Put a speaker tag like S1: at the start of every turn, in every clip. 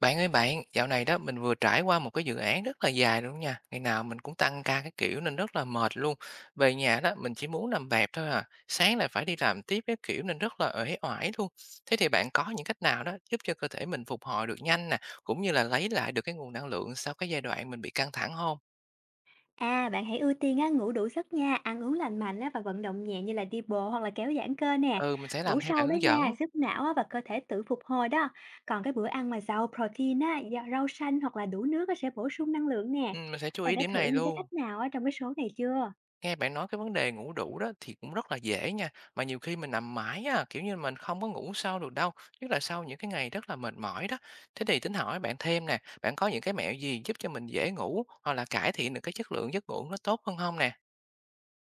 S1: Bạn ơi bạn, dạo này đó mình vừa trải qua một cái dự án rất là dài luôn nha. Ngày nào mình cũng tăng ca cái kiểu nên rất là mệt luôn. Về nhà đó mình chỉ muốn nằm bẹp thôi à. Sáng lại phải đi làm tiếp cái kiểu nên rất là uể oải luôn. Thế thì bạn có những cách nào đó giúp cho cơ thể mình phục hồi được nhanh nè, cũng như là lấy lại được cái nguồn năng lượng sau cái giai đoạn mình bị căng thẳng không?
S2: À, bạn hãy ưu tiên á, ngủ đủ giấc nha, ăn uống lành mạnh á, và vận động nhẹ như là đi bộ hoặc là kéo giãn cơ nè.
S1: Ừ, mình sẽ
S2: Ngủ
S1: làm theo
S2: sâu
S1: bạn
S2: đó
S1: hướng dẫn.
S2: nha, giúp não á, và cơ thể tự phục hồi đó. Còn cái bữa ăn mà giàu protein á, rau xanh hoặc là đủ nước á, sẽ bổ sung năng lượng nè.
S1: Ừ, mình sẽ chú
S2: Bạn
S1: ý
S2: đã
S1: điểm
S2: thử
S1: này
S2: những cái
S1: luôn.
S2: cách nào á, trong cái số này chưa?
S1: Nghe bạn nói cái vấn đề ngủ đủ đó thì cũng rất là dễ nha, mà nhiều khi mình nằm mãi á, kiểu như mình không có ngủ sâu được đâu, nhất là sau những cái ngày rất là mệt mỏi đó. Thế thì tính hỏi bạn thêm nè, bạn có những cái mẹo gì giúp cho mình dễ ngủ hoặc là cải thiện được cái chất lượng giấc ngủ nó tốt hơn không nè?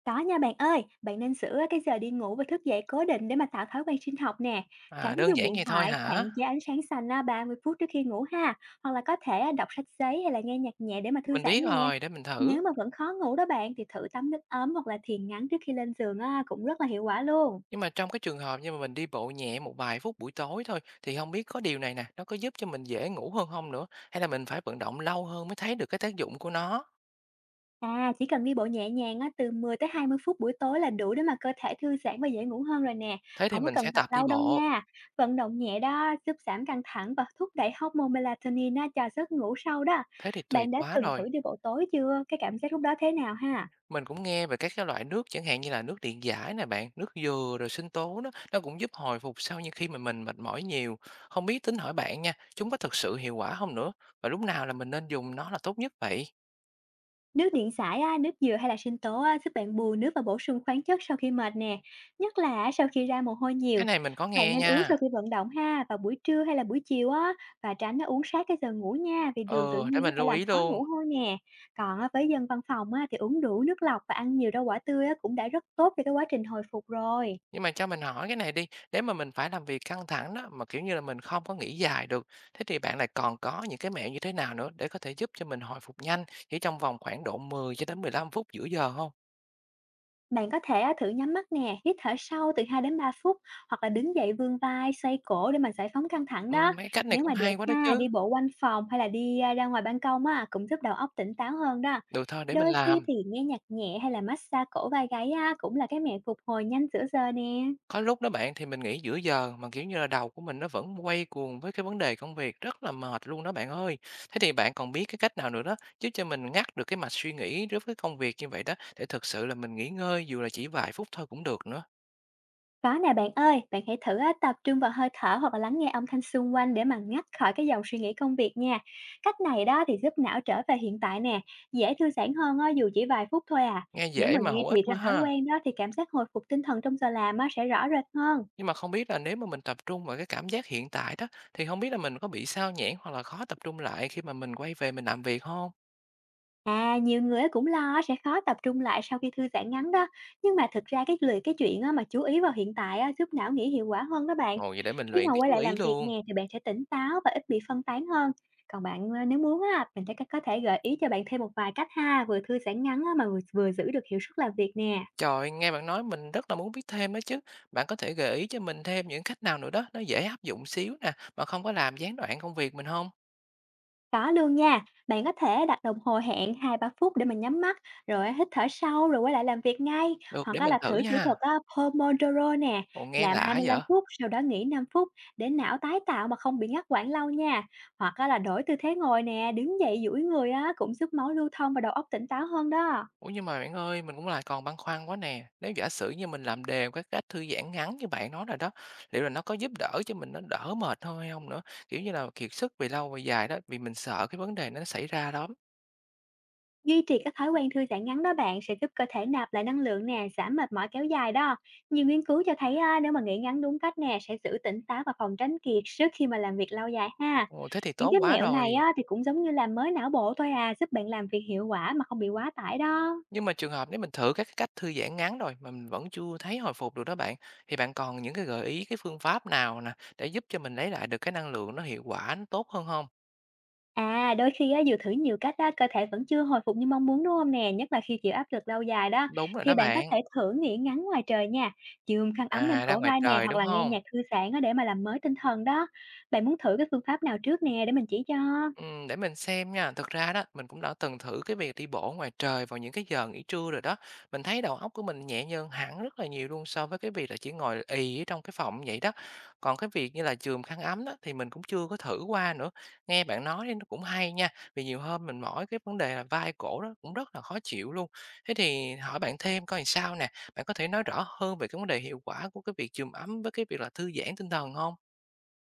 S2: Có nha bạn ơi, bạn nên sửa cái giờ đi ngủ và thức dậy cố định để mà tạo thói quen sinh học nè. Tránh
S1: À, đơn
S2: dùng
S1: giản
S2: điện
S1: vậy thôi
S2: thoại, hạn
S1: hả?
S2: chế ánh sáng xanh à, 30 phút trước khi ngủ ha. Hoặc là có thể à, đọc sách giấy hay là nghe nhạc nhẹ để mà thư
S1: Mình
S2: giãn
S1: biết
S2: nè.
S1: rồi, để mình
S2: Nếu
S1: thử.
S2: mà vẫn khó ngủ đó bạn thì thử tắm nước ấm hoặc là thiền ngắn trước khi lên giường à, cũng rất là hiệu quả luôn.
S1: Nhưng mà trong cái trường hợp như mà mình đi bộ nhẹ một vài phút buổi tối thôi thì không biết có điều này nè, nó có giúp cho mình dễ ngủ hơn không nữa, hay là mình phải vận động lâu hơn mới thấy được cái tác dụng của nó?
S2: À, chỉ cần đi bộ nhẹ nhàng á, từ 10 tới 20 phút buổi tối là đủ để mà cơ thể thư giãn và dễ ngủ hơn rồi nè.
S1: Thế thì
S2: Không có
S1: mình
S2: cần
S1: sẽ
S2: tập
S1: tập đi
S2: lâu đâu
S1: bộ.
S2: nha. Vận động nhẹ đó giúp giảm căng thẳng và thúc đẩy hormone melatonin á, cho giấc ngủ sâu đó.
S1: Thế thì tuyệt
S2: Bạn đã
S1: quá
S2: từng
S1: rồi.
S2: thử đi bộ tối chưa? Cái cảm giác lúc đó thế nào ha?
S1: Mình cũng nghe về các cái loại nước chẳng hạn như là nước điện giải nè bạn, nước dừa rồi sinh tố đó, nó cũng giúp hồi phục sau những khi mà mình mệt mỏi nhiều. Không biết tính hỏi bạn nha, chúng có thực sự hiệu quả không nữa? Và lúc nào là mình nên dùng nó là tốt nhất vậy?
S2: Nước điện giải á, nước dừa hay là sinh tố á, giúp bạn bù nước và bổ sung khoáng chất sau khi mệt nè, nhất là á, sau khi ra mồ hôi nhiều.
S1: Cái này mình có
S2: Bạn
S1: nghe
S2: nên uống
S1: nha.
S2: sau khi vận động ha, vào buổi trưa hay là buổi chiều á, và tránh á, uống sát cái giờ ngủ nha, vì đường tự
S1: Ờ, để
S2: nhiên có
S1: mình
S2: thể
S1: lưu
S2: làm
S1: ý
S2: khó
S1: luôn.
S2: ngủ hơn nè. Còn á, với dân văn phòng á, thì uống đủ nước lọc và ăn nhiều rau quả tươi á, cũng đã rất tốt cho cái quá trình hồi phục rồi.
S1: Nhưng mà cho mình hỏi cái này đi, nếu mà mình phải làm việc căng thẳng đó mà kiểu như là mình không có nghỉ dài được, thế thì bạn lại còn có những cái mẹo như thế nào nữa để có thể giúp cho mình hồi phục nhanh chỉ trong vòng khoảng độ 10 cho đến 15 phút giữa giờ không?
S2: Bạn có thể à, thử nhắm mắt nè, hít thở sâu từ 2 đến 3 phút hoặc là đứng dậy vươn vai, xoay cổ để mà giải phóng căng thẳng đó.
S1: Mấy cái cách này
S2: Nếu
S1: cũng
S2: mà được
S1: hay quá đó
S2: ha, đi
S1: chứ.
S2: bộ quanh phòng hay là đi à, ra ngoài ban công á cũng giúp đầu óc tỉnh táo hơn đó.
S1: Được thôi, để mình
S2: Đôi khi
S1: làm.
S2: thì nghe nhạc nhẹ hay là massage cổ vai gáy á, cũng là cái mẹo phục hồi nhanh giữa giờ nè.
S1: Có lúc đó bạn thì mình nghỉ giữa giờ mà, kiểu như là, đầu của mình nó vẫn quay cuồng với cái vấn đề công việc, rất là mệt luôn đó bạn ơi. Thế thì bạn còn biết cái cách nào nữa đó, giúp cho mình ngắt được cái mạch suy nghĩ đối với công việc như vậy đó, để thực sự là mình nghỉ ngơi dù là chỉ vài phút thôi cũng được nữa?
S2: Có nè bạn ơi, bạn hãy thử á, tập trung vào hơi thở hoặc là lắng nghe âm thanh xung quanh để mà ngắt khỏi cái dòng suy nghĩ công việc nha. Cách này đó thì giúp não trở về hiện tại nè, dễ thư giãn hơn á, dù chỉ vài phút thôi à.
S1: Nghe
S2: Nếu
S1: dễ
S2: mà
S1: mà
S2: duy
S1: hữu ích
S2: trì
S1: quá
S2: thành thói
S1: ha.
S2: quen đó thì cảm giác hồi phục tinh thần trong giờ làm á, sẽ rõ rệt hơn.
S1: Nhưng mà không biết là nếu mà mình tập trung vào cái cảm giác hiện tại đó, thì không biết là mình có bị sao nhãng hoặc là khó tập trung lại khi mà mình quay về mình làm việc không?
S2: À, nhiều người á cũng lo sẽ khó tập trung lại sau khi thư giãn ngắn đó. Nhưng mà thực ra cái lười cái chuyện á mà chú ý vào hiện tại á, giúp não nghĩ hiệu quả hơn đó bạn.
S1: Ồ, vậy để mình
S2: Khi
S1: luyện
S2: mà
S1: cái
S2: quay
S1: chú
S2: lại
S1: ý
S2: làm việc
S1: luôn.
S2: nè thì bạn sẽ tỉnh táo và ít bị phân tán hơn. Còn bạn à, nếu muốn á, mình sẽ có thể gợi ý cho bạn thêm một vài cách ha, vừa thư giãn ngắn á, mà vừa giữ được hiệu suất làm việc nè.
S1: Trời, nghe bạn nói mình rất là muốn biết thêm đó chứ. Bạn có thể gợi ý cho mình thêm những cách nào nữa đó, nó dễ áp dụng xíu nè, mà không có làm gián đoạn công việc mình không?
S2: Có luôn nha, bạn có thể đặt đồng hồ hẹn 2 3 phút để mình nhắm mắt, rồi hít thở sâu rồi quay lại làm việc ngay.
S1: Được,
S2: Hoặc
S1: để
S2: á
S1: mình
S2: là
S1: thử
S2: thử kỹ
S1: nha.
S2: thuật á, Pomodoro nè,
S1: Ồ, nghe
S2: làm hai
S1: lạ
S2: mươi lăm
S1: vậy?
S2: phút sau đó nghỉ 5 phút để não tái tạo mà không bị ngắt quãng lâu nha. Hoặc á là đổi tư thế ngồi nè, đứng dậy duỗi người á cũng giúp máu lưu thông và đầu óc tỉnh táo hơn đó.
S1: Ủa, nhưng mà bạn ơi, mình cũng lại còn băn khoăn quá nè. Nếu giả sử như mình làm đều các cách thư giãn ngắn như bạn nói rồi đó, liệu là nó có giúp đỡ cho mình nó đỡ mệt hơn hay không nữa? Kiểu như là, kiệt sức về lâu về dài đó, vì mình sợ cái vấn đề nó xảy ra lắm.
S2: Duy trì các thói quen thư giãn ngắn đó bạn sẽ giúp cơ thể nạp lại năng lượng nè, giảm mệt mỏi kéo dài đó. Nhiều nghiên cứu cho thấy á, nếu mà nghỉ ngắn đúng cách nè sẽ giữ tỉnh táo và phòng tránh kiệt sức khi mà làm việc lâu dài ha.
S1: Ồ, thế thì
S2: Những
S1: tốt
S2: cái
S1: quá
S2: mẹo này
S1: rồi.
S2: á, thì cũng giống như làm mới não bộ thôi à, giúp bạn làm việc hiệu quả mà không bị quá tải đó.
S1: Nhưng mà trường hợp nếu mình thử các cái cách thư giãn ngắn rồi mà mình vẫn chưa thấy hồi phục được đó bạn, thì bạn còn những cái gợi ý, cái phương pháp nào nè để giúp cho mình lấy lại được cái năng lượng nó hiệu quả, nó tốt hơn không?
S2: À, đôi khi á, dù thử nhiều cách á, cơ thể vẫn chưa hồi phục như mong muốn đúng không nè? Nhất là khi chịu áp lực lâu dài đó.
S1: Đúng rồi
S2: Thì
S1: đó
S2: bạn có
S1: bạn.
S2: thể thử nghỉ ngắn ngoài trời nha. Chườm khăn ấm lên
S1: À, ra
S2: cổ
S1: ngoài
S2: vai nè,
S1: trời,
S2: hoặc
S1: đúng
S2: là nghe
S1: không?
S2: nhạc thư giãn á, để mà làm mới tinh thần đó. Bạn muốn thử cái phương pháp nào trước nè, để mình chỉ cho.
S1: Để mình xem nha, thực ra đó, mình cũng đã từng thử cái việc đi bộ ngoài trời vào những cái giờ nghỉ trưa rồi đó. Mình thấy đầu óc của mình nhẹ nhàng hẳn rất là nhiều luôn so với cái việc là chỉ ngồi ì ở trong cái phòng vậy đó. Còn cái việc như là chườm khăn ấm đó thì mình cũng chưa có thử qua nữa. Nghe bạn nói thì nó cũng hay nha, vì nhiều hôm mình mỏi cái vấn đề là vai cổ đó cũng rất là khó chịu luôn. Thế thì hỏi bạn thêm coi làm sao nè, bạn có thể nói rõ hơn về cái vấn đề hiệu quả của cái việc chườm ấm với cái việc là thư giãn tinh thần không?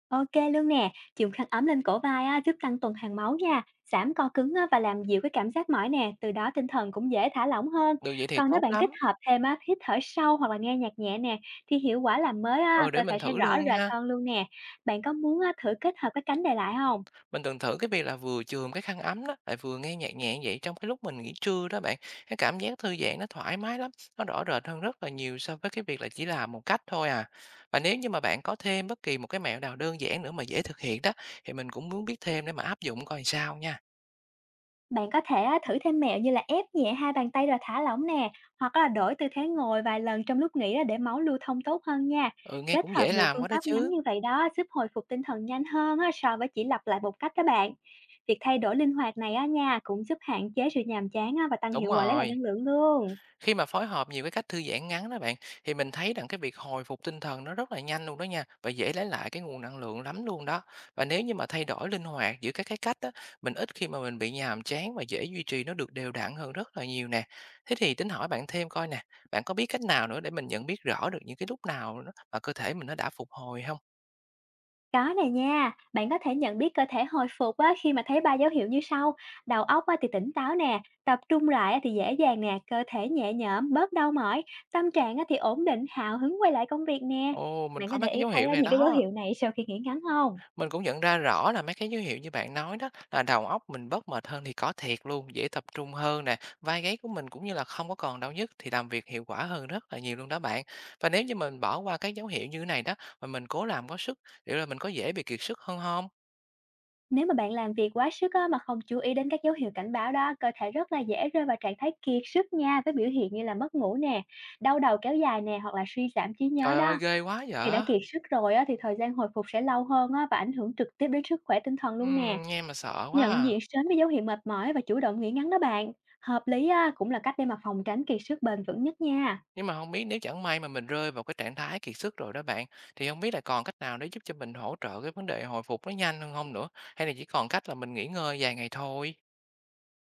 S2: OK luôn nè, dùng khăn ấm lên cổ vai á, giúp tăng tuần hoàn máu nha, giảm co cứng á, và làm dịu cái cảm giác mỏi nè, từ đó tinh thần cũng dễ thả lỏng hơn.
S1: Được vậy thì
S2: Còn nếu
S1: tốt
S2: bạn kết
S1: lắm.
S2: hợp thêm á, hít thở sâu hoặc là nghe nhạc nhẹ nè, thì hiệu quả làm mới á,
S1: Ừ,
S2: cơ
S1: để
S2: thể
S1: mình
S2: sẽ
S1: thử
S2: rõ
S1: luôn
S2: rệt
S1: nha.
S2: hơn luôn nè. Bạn có muốn á, thử kết hợp các cánh này lại không?
S1: Mình từng thử cái việc là vừa chườm cái khăn ấm đó, lại vừa nghe nhạc nhẹ vậy trong cái lúc mình nghỉ trưa đó bạn. Cái cảm giác thư giãn nó thoải mái lắm, nó rõ rệt hơn rất là nhiều so với cái việc là chỉ làm một cách thôi à. Và nếu như mà bạn có thêm bất kỳ một cái mẹo nào đơn giản nữa mà dễ thực hiện đó, thì mình cũng muốn biết thêm để mà áp dụng coi sao nha.
S2: Bạn có thể á, thử thêm mẹo như là ép nhẹ hai bàn tay rồi thả lỏng nè, hoặc là đổi tư thế ngồi vài lần trong lúc nghỉ á, để máu lưu thông tốt hơn nha.
S1: Ừ, nghe
S2: Kết
S1: cũng
S2: hợp
S1: dễ
S2: nhiều
S1: làm
S2: phương
S1: quá đó
S2: pháp ngắn
S1: chứ.
S2: như vậy đó giúp hồi phục tinh thần nhanh hơn á, so với chỉ lặp lại một cách đó bạn. Việc thay đổi linh hoạt này á nha cũng giúp hạn chế sự nhàm chán á, và tăng
S1: Đúng
S2: hiệu quả lấy lại
S1: rồi.
S2: năng lượng luôn.
S1: Khi mà phối hợp nhiều cái cách thư giãn ngắn đó bạn, thì mình thấy rằng cái việc hồi phục tinh thần nó rất là nhanh luôn đó nha, và dễ lấy lại cái nguồn năng lượng lắm luôn đó. Và nếu như mà thay đổi linh hoạt giữa các cái cách đó, mình ít khi mà mình bị nhàm chán và dễ duy trì nó được đều đặn hơn rất là nhiều nè. Thế thì tính hỏi bạn thêm coi nè, bạn có biết cách nào nữa để mình nhận biết rõ được những cái lúc nào mà cơ thể mình nó đã phục hồi không?
S2: Có nè nha, bạn có thể nhận biết cơ thể hồi phục á, khi mà thấy ba dấu hiệu như sau. Đầu óc á, thì tỉnh táo nè, tập trung lại á, thì dễ dàng nè, cơ thể nhẹ nhõm, bớt đau mỏi, tâm trạng á, thì ổn định, hào hứng quay lại công việc nè.
S1: Ồ, mình
S2: Bạn có
S1: có
S2: để
S1: mấy cái
S2: ý
S1: dấu
S2: thấy
S1: hiệu
S2: á,
S1: này
S2: những cái dấu
S1: đó.
S2: hiệu này sau khi nghỉ ngắn không?
S1: Mình cũng nhận ra rõ là mấy cái dấu hiệu như bạn nói đó là đầu óc mình bớt mệt hơn thì có thiệt luôn, dễ tập trung hơn nè, vai gáy của mình cũng như là không có còn đau nhức thì làm việc hiệu quả hơn rất là nhiều luôn đó bạn. Và nếu như mình bỏ qua cái dấu hiệu như thế này đó mà mình cố làm có sức, liệu là mình có dễ bị kiệt sức hơn không?
S2: Nếu mà bạn làm việc quá sức á, mà không chú ý đến các dấu hiệu cảnh báo đó, cơ thể rất là dễ rơi vào trạng thái kiệt sức nha với biểu hiện như là mất ngủ nè, đau đầu kéo dài nè hoặc là suy giảm trí nhớ
S1: Trời ơi,
S2: đó.
S1: ghê quá
S2: Khi đã
S1: vậy.
S2: kiệt sức rồi á, thì thời gian hồi phục sẽ lâu hơn á, và ảnh hưởng trực tiếp đến sức khỏe tinh thần luôn nè.
S1: Nghe mà sợ quá
S2: Nhận
S1: à.
S2: diện sớm với dấu hiệu mệt mỏi và chủ động nghỉ ngắn đó bạn. Hợp lý á, cũng là cách để mà phòng tránh kiệt sức bền vững nhất nha.
S1: Nhưng mà không biết nếu chẳng may mà mình rơi vào cái trạng thái kiệt sức rồi đó bạn, thì không biết là còn cách nào để giúp cho mình hỗ trợ cái vấn đề hồi phục nó nhanh hơn không nữa, hay là chỉ còn cách là mình nghỉ ngơi vài ngày thôi?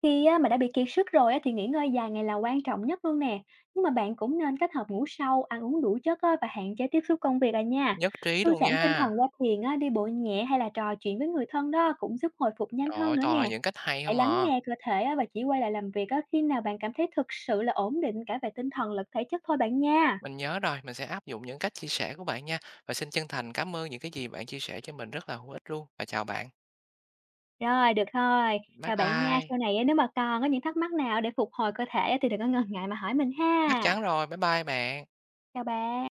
S2: Khi á, mà đã bị kiệt sức rồi á, thì nghỉ ngơi dài ngày là quan trọng nhất luôn nè. Nhưng mà bạn cũng nên kết hợp ngủ sâu, ăn uống đủ chất á, và hạn chế tiếp xúc công việc à nha.
S1: Nhất trí
S2: Thư
S1: luôn
S2: giãn tinh
S1: nha.
S2: thần qua thiền, á, đi bộ nhẹ hay là trò chuyện với người thân đó cũng giúp hồi phục nhanh
S1: Trời
S2: hơn
S1: ơi,
S2: nữa
S1: toàn là
S2: nè.
S1: những cách hay
S2: Hãy
S1: không
S2: lắng
S1: à.
S2: nghe cơ thể á và chỉ quay lại làm việc á khi nào bạn cảm thấy thực sự là ổn định cả về tinh thần lẫn thể chất thôi bạn nha.
S1: Mình nhớ rồi, mình sẽ áp dụng những cách chia sẻ của bạn nha. Và xin chân thành cảm ơn những cái gì bạn chia sẻ cho mình rất là hữu ích luôn. Và chào bạn.
S2: Rồi, được thôi.
S1: Bye
S2: Chào bạn nha.
S1: bye.
S2: Sau này á, nếu mà còn có những thắc mắc nào để phục hồi cơ thể á thì đừng có ngần ngại mà hỏi mình
S1: Chắc
S2: ha.
S1: chắn rồi. Bye bye bạn.
S2: Chào bạn.